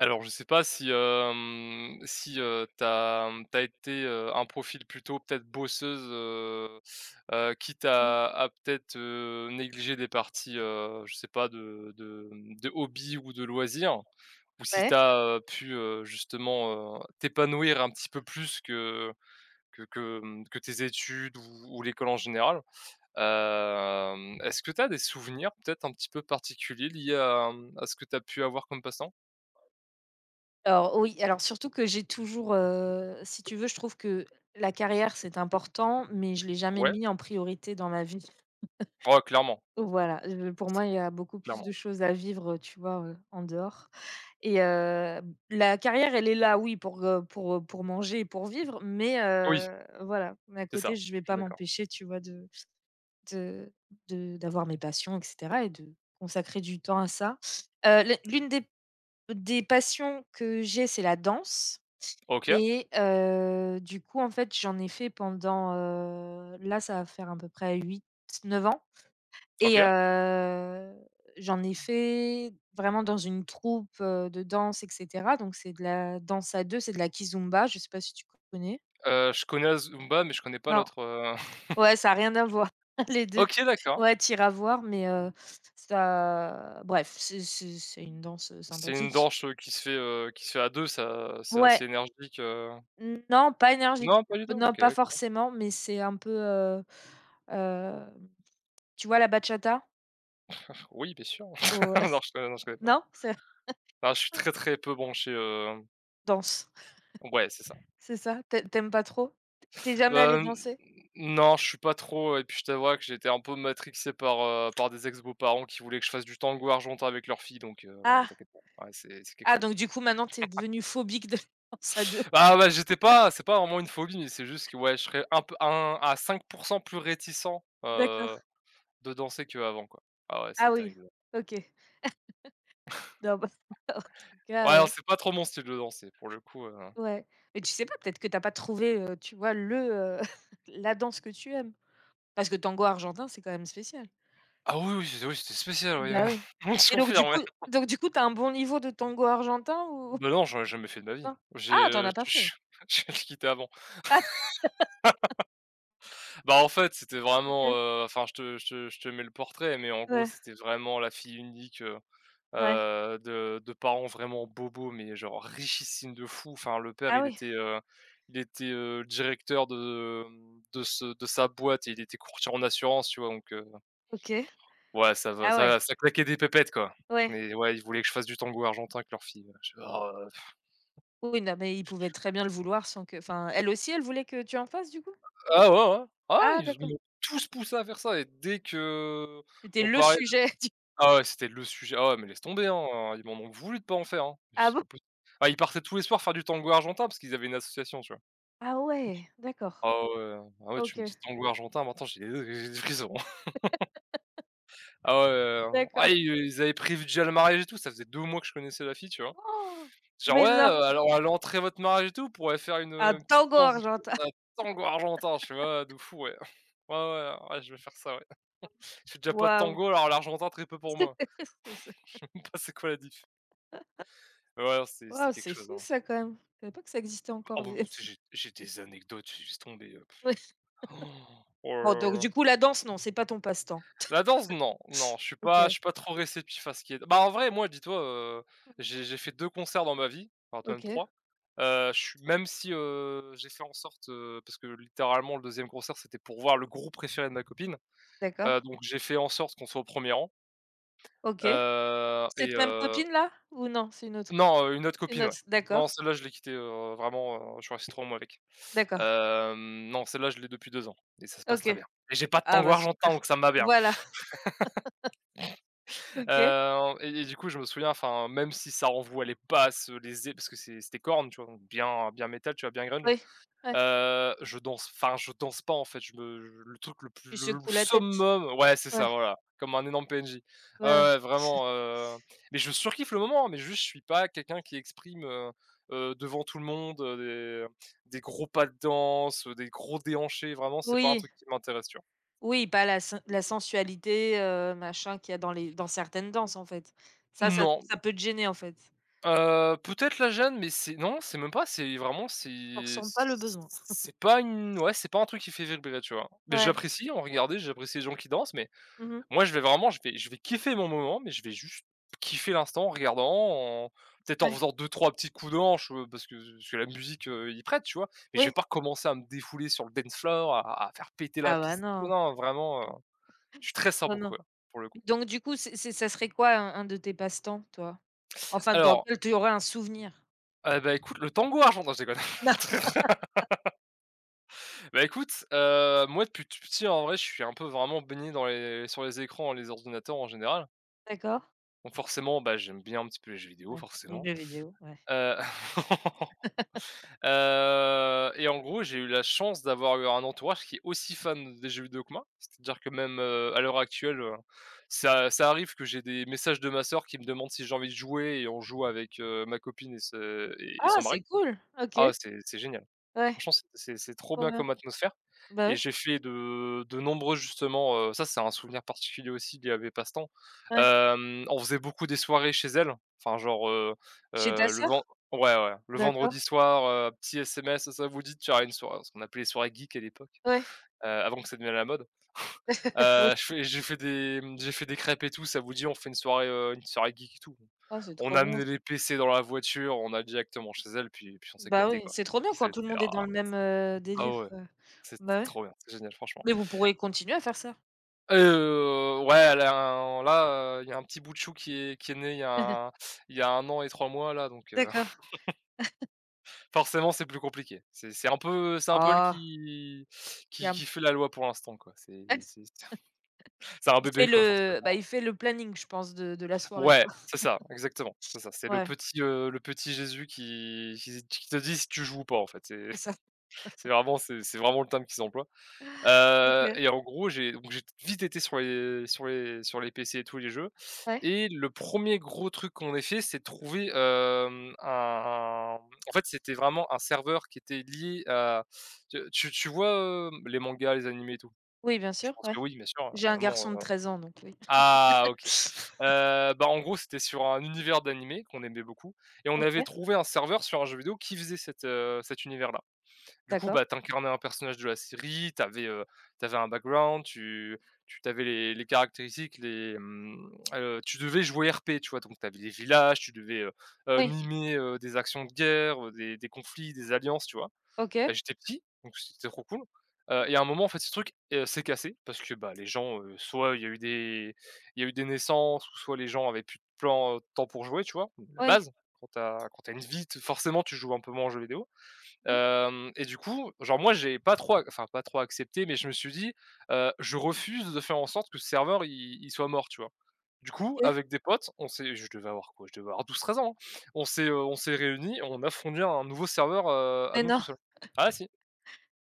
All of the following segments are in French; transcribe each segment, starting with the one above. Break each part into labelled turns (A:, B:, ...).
A: Alors je sais pas si, hem, si, t'as as, été, un profil plutôt peut-être bosseuse, quitte à peut-être, négliger des parties, je sais pas de de hobby ou de loisirs, ou si t'as pu, justement, t'épanouir un petit peu plus que que tes études ou l'école en général. Est-ce que t'as des souvenirs peut-être un petit peu particuliers liés à ce que t'as pu avoir comme passant.
B: Alors oui, alors surtout que j'ai toujours, si tu veux, je trouve que la carrière, c'est important, mais je l'ai jamais
A: Ouais?
B: mis en priorité dans ma vie.
A: Ouais, clairement.
B: Voilà, pour moi, il y a beaucoup plus de
A: Clairement.
B: choses à vivre, tu vois, en dehors et la carrière, elle est là, oui, pour, pour manger et pour vivre, mais
A: Oui,
B: voilà, mais à
A: c'est
B: côté,
A: ça,
B: je vais
A: je suis
B: pas
A: d'accord.
B: m'empêcher, tu vois, de de d'avoir mes passions et cetera et de consacrer du temps à ça. L'une des passions que j'ai, c'est la danse.
A: OK,
B: Et du coup, en fait, j'en ai fait pendant, là, ça va faire à peu près huit neuf ans et
A: OK.
B: j'en ai fait vraiment dans une troupe, de danse et cetera. Donc c'est de la danse à deux, c'est de la kizomba, je sais pas si tu connais?
A: Je connais Zumba, mais je connais pas
B: Non.
A: l'autre,
B: Ouais, ça a rien à voir. Les deux
A: OK, d'accord.
B: ouais, tu à voir mais ça bref, c'est une danse,
A: C'est une
B: sympathique.
A: danse, qui se fait à 2. Ça, c'est
B: Ouais.
A: assez énergique,
B: Mmh, non, pas énergique.
A: non, pas du tout?
B: Non,
A: OK,
B: pas
A: OK.
B: forcément, mais c'est un peu, hem, tu vois la bachata?
A: Oui, bien sûr.
B: Au
A: Non, je connais pas.
B: non? C'est
A: Ah, je suis très, très peu branché,
B: danse,
A: ouais, c'est ça.
B: c'est ça? Tu ai pas trop? T'es jamais allée
A: Hem,
B: danser?
A: non, je suis pas trop, et puis je t'avoue que j'étais un peu matrixé par des ex-beaux-parents qui voulaient que je fasse du tango argentin avec leur fille, donc ouais,
B: Ah!
A: t'inquiète pas. Ouais, c'est quelque
B: Ah
A: chose.
B: donc du coup maintenant t'es es devenue phobique de la danse à 2.
A: Ah bah, j'étais pas c'est pas vraiment une phobie, mais c'est juste que, ouais, je serais un peu un à 5% plus réticent,
B: D'accord.
A: heu, de danser qu'avant, quoi. Ah ouais, c'est
B: Ah oui,
A: terrible.
B: OK. Non, bah, en tout
A: Ouais,
B: cas,
A: non, c'est pas trop mon style de danser, pour le coup,
B: ouais. Mais tu sais pas, peut-être que t'as pas trouvé, tu vois le, la danse que tu aimes? Parce que tango argentin, c'est quand même spécial.
A: ah oui, oui, c'était spécial, oui,
B: Bah, oui
A: je
B: et donc du
A: confirme, ouais.
B: coup tu as un bon niveau de tango argentin ou
A: Bah non, j'en ai jamais fait de ma vie.
B: non? Ah, tu en
A: J'ai,
B: as pas
A: je
B: fait?
A: je quittais avant.
B: Ah
A: Bah, en fait, c'était vraiment,
B: OK.
A: enfin, je te mets le portrait, mais en gros,
B: Ouais,
A: c'était vraiment la fille unique,
B: ouais.
A: de parents vraiment bobos, mais genre richissimes de fou. Enfin, le père,
B: Ah
A: il
B: oui,
A: était, heu, il était, heu, directeur de sa boîte, et il était courtier en assurance, tu vois? Donc,
B: OK.
A: ouais, ça va
B: Ah ouais,
A: ça ça claquait des pépettes, quoi.
B: ouais.
A: Mais ouais, ils voulaient que je fasse du tango argentin avec leur fille, ouais. Je «Oh».
B: Oui, non, mais il pouvait très bien le vouloir sans que enfin, elle aussi, elle voulait que tu en fasses du coup?
A: Ah ouais, ouais. Ouais. Ah,
B: Ah
A: ils
B: d'accord.
A: m'ont tous poussé à faire ça, et dès que
B: C'était
A: on
B: le
A: parlait de,
B: sujet du
A: ah ouais, c'était le sujet. Ah ouais, mais laisse tomber, hein, ils m'en ont voulu de pas en faire, hein. Je dis:
B: ah
A: «C'est
B: bon?
A: pas possible». Ah, ils partaient tous les soirs faire du tango argentin parce qu'ils avaient une association, tu vois?
B: Ah ouais, d'accord.
A: Ah ouais, ah ouais, tu
B: OK,
A: me dis tango argentin, maintenant j'ai des frissons. Ah ouais,
B: d'accord.
A: ils avaient prévu déjà le mariage et tout, ça faisait 2 mois que je connaissais la fille, tu vois?
B: Oh!
A: Genre:
B: Mais
A: «Ouais,
B: non!
A: alors à l'entrée de votre mariage et tout, on pourrait faire une, heu,
B: Un
A: une petite
B: tango
A: séance de
B: argentin.
A: tan heu, tango argentin». Je fais: «Ouais, ouais, de fou, ouais. Ouais, ouais, ouais, je vais faire ça, ouais». Je fais déjà pas de
B: Waouh!
A: tango, alors l'argentin, très peu pour moi.
B: C'est
A: Bah, c'est quoi la diff? Mais ouais, non, c'était
B: Waouh,
A: quelque
B: c'est
A: chose,
B: fou
A: hein.
B: ça quand même. Je savais pas que ça existait
A: Oh,
B: encore
A: bah,
B: des
A: tu sais, j'ai des anecdotes, laisse tomber,
B: ouais.
A: Oh
B: Bon
A: là
B: donc
A: là.
B: du coup, la danse, non, c'est pas ton passe-temps?
A: La danse, non, non,
B: OK,
A: je suis pas trop réceptif à ce qui est, bah, en vrai, moi, dis-toi, j'ai fait 2 concerts dans ma vie, enfin même
B: OK,
A: 3. Je suis même si, j'ai fait en sorte, parce que littéralement le deuxième concert, c'était pour voir le groupe préféré de ma copine,
B: d'accord,
A: donc j'ai fait en sorte qu'on soit au premier rang,
B: OK.
A: heu et
B: Cette même
A: heu
B: copine-là? Ou non, c'est une autre?
A: non, une autre
B: Une
A: copine, ouais.
B: autre, d'accord,
A: Non, celle-là, je l'ai quittée, vraiment, je suis resté trop mois avec.
B: d'accord,
A: Non, celle-là, je l'ai depuis 2 ans et ça se passe
B: OK.
A: très bien, et j'ai pas de
B: Ah
A: tango
B: bah,
A: argentin,
B: super.
A: donc ça me va bien.
B: Voilà, OK,
A: Et du coup, je me souviens, enfin, même si ça renvoie les passes, les é parce que c'était corne, tu vois? Donc bien bien métal, tu vois? Bien grunge.
B: oui, ouais.
A: Je danse, enfin, je danse pas, en fait, je me je le truc le plus,
B: Tu
A: le
B: secoues la tête.
A: summum, ouais, c'est ça,
B: Ouais,
A: voilà, comme un énorme PNJ. Ouais,
B: voilà.
A: ouais, vraiment, mais je surkiffe le moment, hein, mais juste, je suis pas quelqu'un qui exprime, devant tout le monde, des gros pas de danse, des gros déhanchés, vraiment, c'est pas un
B: Oui,
A: truc qui m'intéresse, tu vois?
B: oui, pas la sen la sensualité, machin qu'il y a dans les dans certaines danses, en fait. Ça ça
A: Non.
B: ça peut te gêner, en fait.
A: Peut-être la gêne, mais c'est non, c'est même pas, c'est vraiment
B: On
A: c'est
B: ressent pas le besoin.
A: c'est pas une, ouais, c'est pas un truc qui fait vibrer, tu vois? Mais
B: Ouais.
A: j'apprécie en regarder, j'apprécie les gens qui dansent, mais
B: Mmh.
A: moi, je vais kiffer mon moment, mais je vais juste kiffer l'instant en regardant, en peut-être en
B: Ouais.
A: faisant deux trois petits coups de hanche, parce que la musique, y prête, tu vois? Mais je vais
B: Oui.
A: pas commencer à me défouler sur le dance floor, à faire péter la
B: Ah bah,
A: piste et tout,
B: non,
A: non, vraiment, je suis très
B: non,
A: simple,
B: non.
A: quoi, pour le coup.
B: Donc du coup, c'est ça serait quoi un de tes passe-temps, toi? Enfin, dans
A: Alors,
B: lequel tu aurais un souvenir?
A: bah, écoute, le tango argentin, je déconne. Bah, écoute, moi depuis tout petit, en vrai, je suis un peu vraiment baigné dans les sur les écrans, les ordinateurs en général.
B: D'accord.
A: Donc forcément, bah, j'aime bien un petit peu les jeux vidéo,
B: D'accord, les
A: forcément.
B: jeux vidéo, ouais.
A: Heu, et en gros, j'ai eu la chance d'avoir eu un entourage qui est aussi fan des jeux vidéo que moi. C'est-à-dire que même, à l'heure actuelle, ça arrive que j'ai des messages de ma sœur qui me demande si j'ai envie de jouer, et on joue avec, ma copine et ce et
B: Ah,
A: son mari.
B: c'est cool! OK.
A: Ah, c'est génial.
B: Ouais,
A: Franchement, c'est trop
B: trop
A: bien
B: bien.
A: comme atmosphère,
B: Bah,
A: et
B: ouais,
A: j'ai fait de nombreux, justement, ça, c'est un souvenir particulier aussi lié à mes passe-temps.
B: ouais.
A: On faisait beaucoup des soirées chez elle, enfin genre,
B: Chez ta
A: le ven
B: sœur?
A: ouais, ouais, le
B: D'accord.
A: vendredi soir, petit SMS: «Ça vous dit de faire une soirée?» Ce qu'on appelait les soirées geek à l'époque,
B: Ouais,
A: avant que ça devienne à la mode.
B: oui.
A: Je fais J'ai fait des crêpes et tout: «Ça vous dit, on fait une soirée geek et tout?»
B: Ah, c'est
A: On
B: trop
A: a
B: bien
A: amené les
B: ça.
A: PC dans la voiture, on allait directement chez elle, puis on
B: Bah,
A: s'éclatait,
B: oui,
A: quoi.
B: c'est trop bien quand
A: C'était,
B: tout le monde
A: ah,
B: est dans le même,
A: ah
B: délire,
A: ouais.
B: quoi.
A: C'est
B: Bah, ouais.
A: trop bien, c'est génial, franchement.
B: Mais vous pourrez continuer à faire ça.
A: Ouais, elle a un là, il y a un petit bout de chou qui est né, il y a 1 an et 3 mois là, donc
B: D'accord.
A: forcément, c'est plus compliqué. C'est un peu elle
B: Ah,
A: qui qui
B: Yam.
A: qui fait la loi pour l'instant, quoi. C'est c'est un
B: Il fait
A: bébé, quoi,
B: le bah,
A: forcément.
B: il fait le planning, je pense, de la soirée,
A: Ouais,
B: quoi.
A: c'est ça, exactement, c'est ça. C'est
B: Ouais,
A: le petit Jésus qui te dit si tu joues ou pas, en fait. C'est
B: c'est ça.
A: C'est vraiment, c'est vraiment le terme qu'ils emploient.
B: OK.
A: Et en gros, j'ai vite été sur les PC et tous les jeux.
B: Ouais.
A: Et le premier gros truc qu'on ait fait, c'est de trouver, hem, un en fait, c'était vraiment un serveur qui était lié à, tu vois, les mangas, les animés et tout?
B: Oui, bien
A: Je
B: sûr,
A: pense que
B: ouais.
A: oui, bien sûr, hein,
B: J'ai
A: à un
B: un
A: moment,
B: garçon de
A: heu
B: 13 ans, donc oui.
A: ah OK. Bah, en gros, c'était sur un univers d'animé qu'on aimait beaucoup, et on avait
B: OK.
A: trouvé un serveur sur un jeu vidéo qui faisait cet univers-là. Du coup,
B: D'accord.
A: bah, tu incarnais un personnage de la série, un background, tu avais les caractéristiques, tu devais jouer RP, tu vois? Donc t'avais des villages, tu devais,
B: Oui.
A: mimer, des actions de guerre, des conflits, des alliances, tu vois? Bah,
B: OK.
A: j'étais petit, donc c'était trop cool. À un moment, en fait, ce truc, s'est cassé parce que, bah, les gens, soit il y a eu des naissances, ou soit les gens avaient plus de de temps pour jouer, tu vois? La
B: Oui.
A: base, quand t'as une vie, t forcément, tu joues un peu moins en jeu vidéo.
B: Mmh.
A: Hem Et du coup, genre, moi, j'ai pas trop ac enfin pas trop accepté, mais je me suis dit, «Je refuse de faire en sorte que ce serveur il soit mort», tu vois? Du coup,
B: OK.
A: avec des potes, on s'est je devais avoir quoi? Je devais avoir 12-13 ans, hein. On s'est réunis, on a fourni un nouveau serveur, à
B: Mais
A: nous
B: non,
A: tout seuls. Ah si,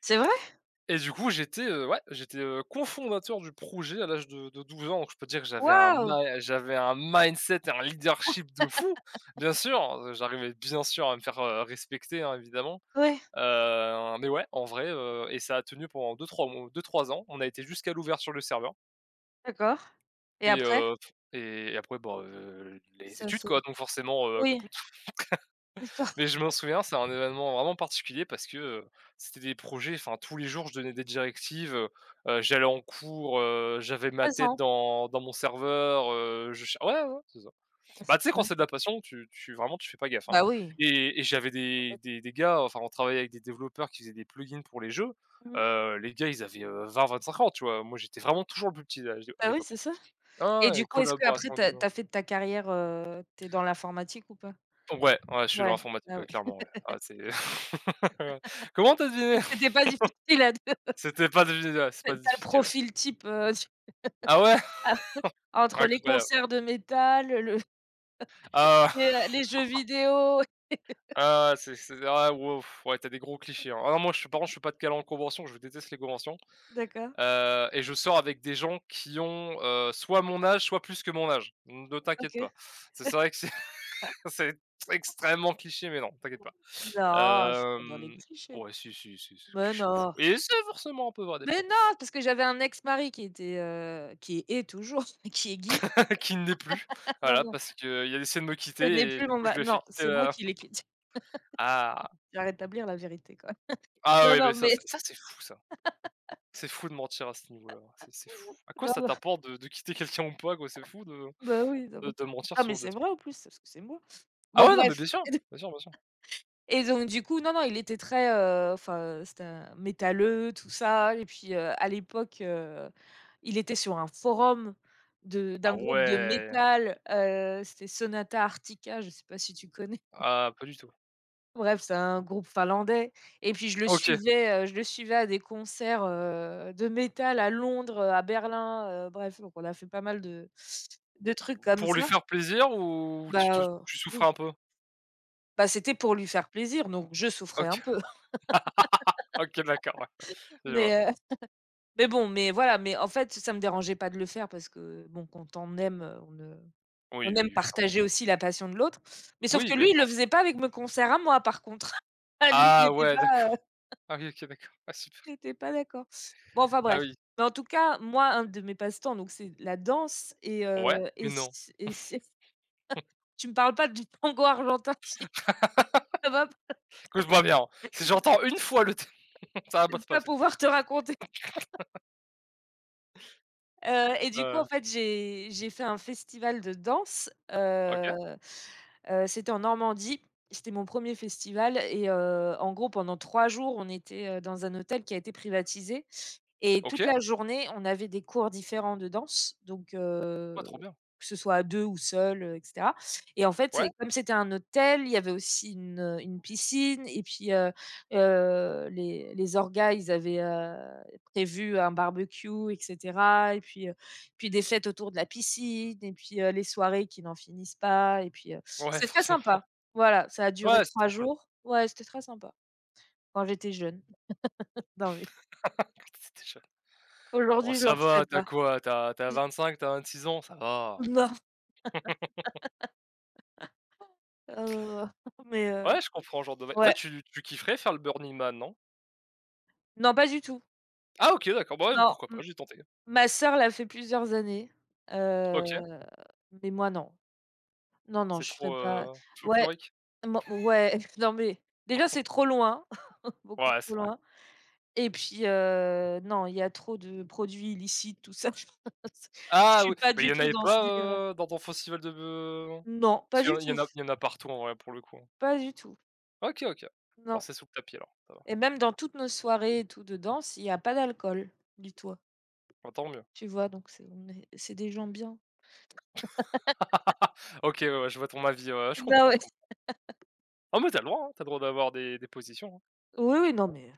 B: c'est vrai?
A: et du coup j'étais, j'étais, cofondateur du projet à l'âge de 12 ans. Donc je peux dire que j'avais un
B: Waouh!
A: ma j'avais un mindset et un leadership de fou. Bien sûr, j'arrivais bien sûr à me faire, respecter, hein, évidemment.
B: Ouais,
A: Mais ouais, en vrai, et ça a tenu pendant deux trois mois 2-3 ans. On a été jusqu'à l'ouverture du serveur
B: d'accord et
A: et
B: après?
A: heu et après, les
B: Ça
A: études, quoi.
B: c'est
A: Donc forcément,
B: Oui,
A: kaput.
B: d'accord,
A: Mais je m'en souviens, c'est un événement vraiment particulier parce que, c'était des projets. Enfin, tous les jours, je donnais des directives. J'allais en cours, j'avais ma
B: 13
A: tête
B: ans.
A: dans mon serveur, je ch ouais, ouais, c'est ça.
B: Ah
A: Bah,
B: c'est
A: tu sais, quand c'est de
B: dingue.
A: la passion, tu vraiment, tu fais pas gaffe, hein,
B: Bah oui.
A: et j'avais des gars. Enfin, on travaillait avec des développeurs qui faisaient des plugins pour les jeux.
B: Mmh mh.
A: Les gars, ils avaient, 20-25 ans, tu vois? Moi, j'étais vraiment toujours le plus petit à
B: Bah oui,
A: l'époque.
B: c'est ça et
A: Ah et
B: du coup, est-ce qu'après
A: collaboration de
B: tu as fait ta carrière, tu es dans l'informatique ou pas?
A: ouais, ouais, je suis dans
B: Ouais,
A: l'informatique,
B: ah
A: ouais,
B: ouais
A: clairement, ouais. Ah, c'est comment t'as deviné?
B: et c'était pas difficile à de tu
A: C'était pas deviné, ouais, c'est
B: as
A: pas
B: le
A: difficile, ouais.
B: profil type, tu
A: Ah ouais?
B: ah, entre les
A: Incroyable.
B: concerts de métal, le
A: Ah,
B: les jeux vidéo.
A: ah, c'est ah, wow, ouais, t'as des gros clichés, hein. Ah non, moi, je suis, par contre, je suis pas de câlin en convention, je déteste les conventions.
B: D'accord,
A: Et je sors avec des gens qui ont, soit mon âge, soit plus que mon âge. Ne t'inquiète
B: OK.
A: pas. C'est vrai que c'est c'est extrêmement cliché, mais non, t'inquiète pas.
B: Non, je suis pas dans les
A: Hem,
B: clichés.
A: ouais, si, si, si, c'est
B: Mais
A: cliché de fou
B: non.
A: et c'est forcément un peu vrai des fois.
B: Mais non, parce que j'avais un ex-mari qui était, qui est toujours, qui est geek.
A: Qui ne l'est plus.
B: Non,
A: Voilà,
B: non,
A: parce qu'il a essayé de me
B: ce n'est
A: quitter et
B: plus
A: du
B: mon
A: coup, je
B: ma
A: lui ai fait
B: non,
A: quitter
B: c'est moi
A: la
B: qui l'ai quitté.
A: ah!
B: Je vais rétablir la vérité quand même.
A: Ah
B: Non,
A: ouais, mais
B: non, mais
A: ça. C'est fou de mentir à ce niveau-là, hein. C'est fou. À quoi
B: non,
A: ça
B: non,
A: t'apporte de quitter quelqu'un ou pas, quoi? C'est fou de
B: bah, oui, non,
A: de
B: mais
A: de mentir
B: ah, mais
A: sur des
B: c'est
A: trucs.
B: vrai en plus, parce que c'est moi.
A: Ah
B: Bon
A: ouais, non, mais bien
B: bref
A: sûr, bien sûr, bien sûr.
B: et donc du coup, non, non, il était très, c'était un métalleux, tout ça et puis, à l'époque, il était sur un forum de
A: Ah
B: d'un groupe de
A: ouais!
B: métal, c'était Sonata Arctica, je sais pas si tu connais?
A: Ah, pas du tout.
B: Bref, c'est un groupe finlandais et puis je le
A: OK.
B: suivais, à des concerts, de métal à Londres, à Berlin, bref, donc on a fait pas mal de trucs comme
A: Pour lui
B: ça.
A: faire plaisir ou
B: Bah,
A: tu souffrais
B: oui,
A: un peu?
B: bah, c'était pour lui faire plaisir, donc je souffrais un
A: OK.
B: peu.
A: OK, d'accord, ouais, je vois.
B: Mais, bon, mais voilà, mais en fait, ça me dérangeait pas de le faire parce que bon, quand on aime, on
A: Oui,
B: aime
A: oui, clairement.
B: partager aussi la passion de l'autre. Mais sauf
A: Oui,
B: que
A: bien
B: lui, il le
A: sûr.
B: faisait pas avec mes concerts à moi par contre. Ah lui, il
A: Ah
B: était
A: ouais,
B: pas
A: d'accord. Ah oui, OK, d'accord. Ah super.
B: Tu pas d'accord. Bon, enfin
A: Ah
B: bref.
A: oui.
B: Mais en tout cas, moi, un de mes passe-temps, donc c'est la danse et
A: Ouais, mais non.
B: et c tu me parles pas du tango argentin, ça va
A: Écoute-moi bien, hein, si j'entends une fois le terme, ça va pas se
B: pas
A: passer.
B: pouvoir te raconter. Du coup, en
A: Heu,
B: fait, j'ai fait un festival de danse,
A: OK,
B: c'était en Normandie. C'était mon premier festival et en gros, pendant 3 jours, on était, dans un hôtel qui a été privatisé et toute
A: OK.
B: la journée, on avait des cours différents de danse, donc
A: Ouais, trop bien.
B: que ce soit à 2 ou seul, et cetera et en fait,
A: Ouais,
B: c'est comme c'était un hôtel, il y avait aussi une piscine et puis, les orgas, ils avaient, prévu un barbecue et cetera et puis, puis des fêtes autour de la piscine et puis, les soirées qui n'en finissent pas et puis,
A: ouais,
B: c'était très
A: forcément.
B: sympa. Voilà, ça a duré
A: Ouais, c'est
B: 3
A: trop cool.
B: jours. Ouais, c'était très sympa quand j'étais jeune. Non, mais
A: Tu jeune. Oh
B: aujourd'hui, je le
A: ça
B: referais
A: va, t'as
B: pas.
A: quoi? T'as
B: J
A: 25, t'as 26 ans, ça va.
B: non, heu, mais,
A: Ouais, je comprends, genre de vibe. Toi,
B: ouais.
A: tu kifferais faire le Burning Man, non?
B: Non, pas du tout.
A: Ah OK, d'accord, bah ouais,
B: Non,
A: pourquoi pas,
B: m
A: j'ai tenté.
B: ma sœur l'a fait plusieurs années,
A: OK,
B: heu, mais moi non. Non, non,
A: c'est
B: je ferais
A: trop,
B: pas ouais,
A: folklorique?
B: mon ouais, non, mais déjà, c'est trop loin, beaucoup
A: Ouais,
B: trop
A: c'est vrai.
B: loin. Et puis, non, il y a trop de produits illicites, tout ça. Je
A: Ah oui,
B: suis pas
A: mais il
B: du
A: y en
B: tout
A: avait
B: dans ce
A: pas,
B: délire-là.
A: dans ton festival de b
B: Non,
A: parce
B: pas
A: qu'il y
B: du
A: en il y
B: tout,
A: en a il y en a partout en vrai pour le coup.
B: pas du tout,
A: OK, OK. Bon,
B: non
A: c'est sous le tapis alors, ça va.
B: et même dans toutes nos soirées et tout de danse, il y a pas d'alcool, dis-toi,
A: Bah, tant mieux.
B: tu vois? Donc c'est on est c'est des gens bien.
A: OK, ouais, ouais, je vois ton avis, ouais, je
B: Bah,
A: comprends, je
B: ouais.
A: comprends. Ah mais tu as le droit, hein, tu le droit d'avoir des positions, hein,
B: Oui,
A: je
B: oui, non,
A: comprends.
B: mais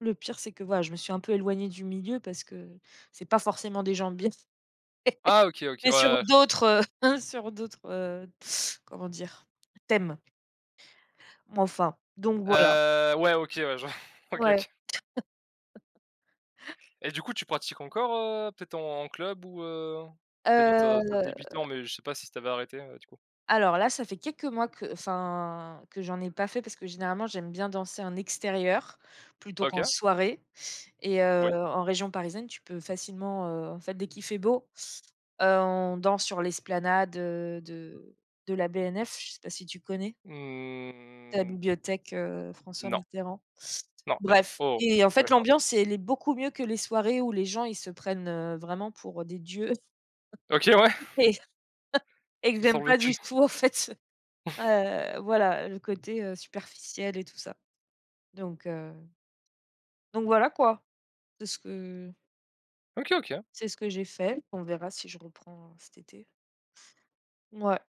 B: le pire, c'est que, voilà, je me suis un peu éloignée du milieu parce que c'est pas forcément des gens bien.
A: Ah OK, OK,
B: Mais
A: ouais,
B: sur
A: ouais, je comprends.
B: d'autres, sur d'autres, comment dire? Thèmes, mais enfin, donc voilà.
A: Ouais, OK, ouais, je OK,
B: Ouais.
A: OK. Et du coup, tu pratiques encore, peut-être en club ou? Tu dit que tu as
B: Heu,
A: débuté mais je sais pas si t'avais arrêté, du coup?
B: alors là, ça fait quelques mois que enfin, que j'en ai pas fait parce que généralement, j'aime bien danser en extérieur plutôt
A: OK,
B: qu'en soirée et
A: oui.
B: en région parisienne, tu peux facilement, en fait, dès qu'il fait beau, on danse sur l'esplanade, de la BNF, je sais pas si tu connais? La
A: Mmh,
B: bibliothèque, François
A: non,
B: Mitterrand.
A: non, c'est pas.
B: Bref
A: Oh,
B: et en
A: la
B: fait,
A: chance.
B: l'ambiance, elle est beaucoup mieux que les soirées où les gens, ils se prennent, vraiment pour, des dieux
A: OK, ouais,
B: et et que
A: ça sent
B: j'aime
A: le
B: pas du
A: vécu.
B: tout, en fait. Voilà, le côté, superficiel et tout ça. Donc voilà quoi. C'est ce que
A: OK, OK.
B: c'est ce que j'ai fait. On verra si je reprends cet été. Mouais.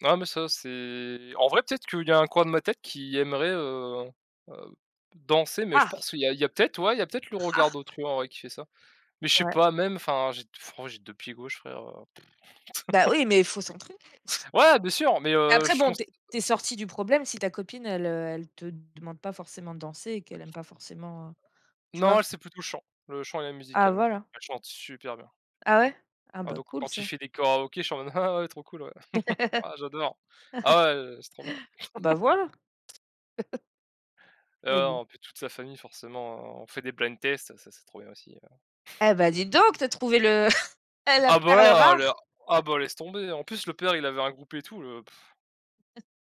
A: Non, mais ça, c'est en vrai, peut-être qu'il y a un coin de ma tête qui aimerait, heu, danser, mais je
B: Ah!
A: pense qu'il y a peut-être, ouais, il y a peut-être le regard
B: Ah!
A: d'autrui, en vrai, qui fait ça. Mais je sais
B: Ouais.
A: pas, même, enfin, j'ai franchement, j'ai 2 pieds gauches, frère,
B: Bah oui, mais il faut s'entraîner.
A: Ouais, bien sûr, mais
B: Mais après
A: je cons
B: bon, tu es sortie du problème si ta copine elle, elle te demande pas forcément de danser et qu'elle aime pas forcément, tu vois?
A: non, c'est plutôt le chant, et la musique,
B: Ah
A: elle.
B: voilà.
A: Elle chante super bien.
B: Ah ouais? Ah
A: Ah
B: bah
A: donc
B: cool
A: quand il
B: ça.
A: fait des karaokés, je suis en mode: «Ah ouais, trop cool, ouais. Ah, j'adore. Ah ouais, c'est trop bien».
B: Bah voilà. Mais
A: Ah
B: bon.
A: on puis toute sa famille forcément, on fait des blind tests, ça c'est trop bien aussi, hein.
B: Eh bah dis donc, tu as trouvé le la
A: Ah bah
B: perle
A: là, le
B: rare!
A: laisse tomber. En plus le père il avait un groupe et tout, le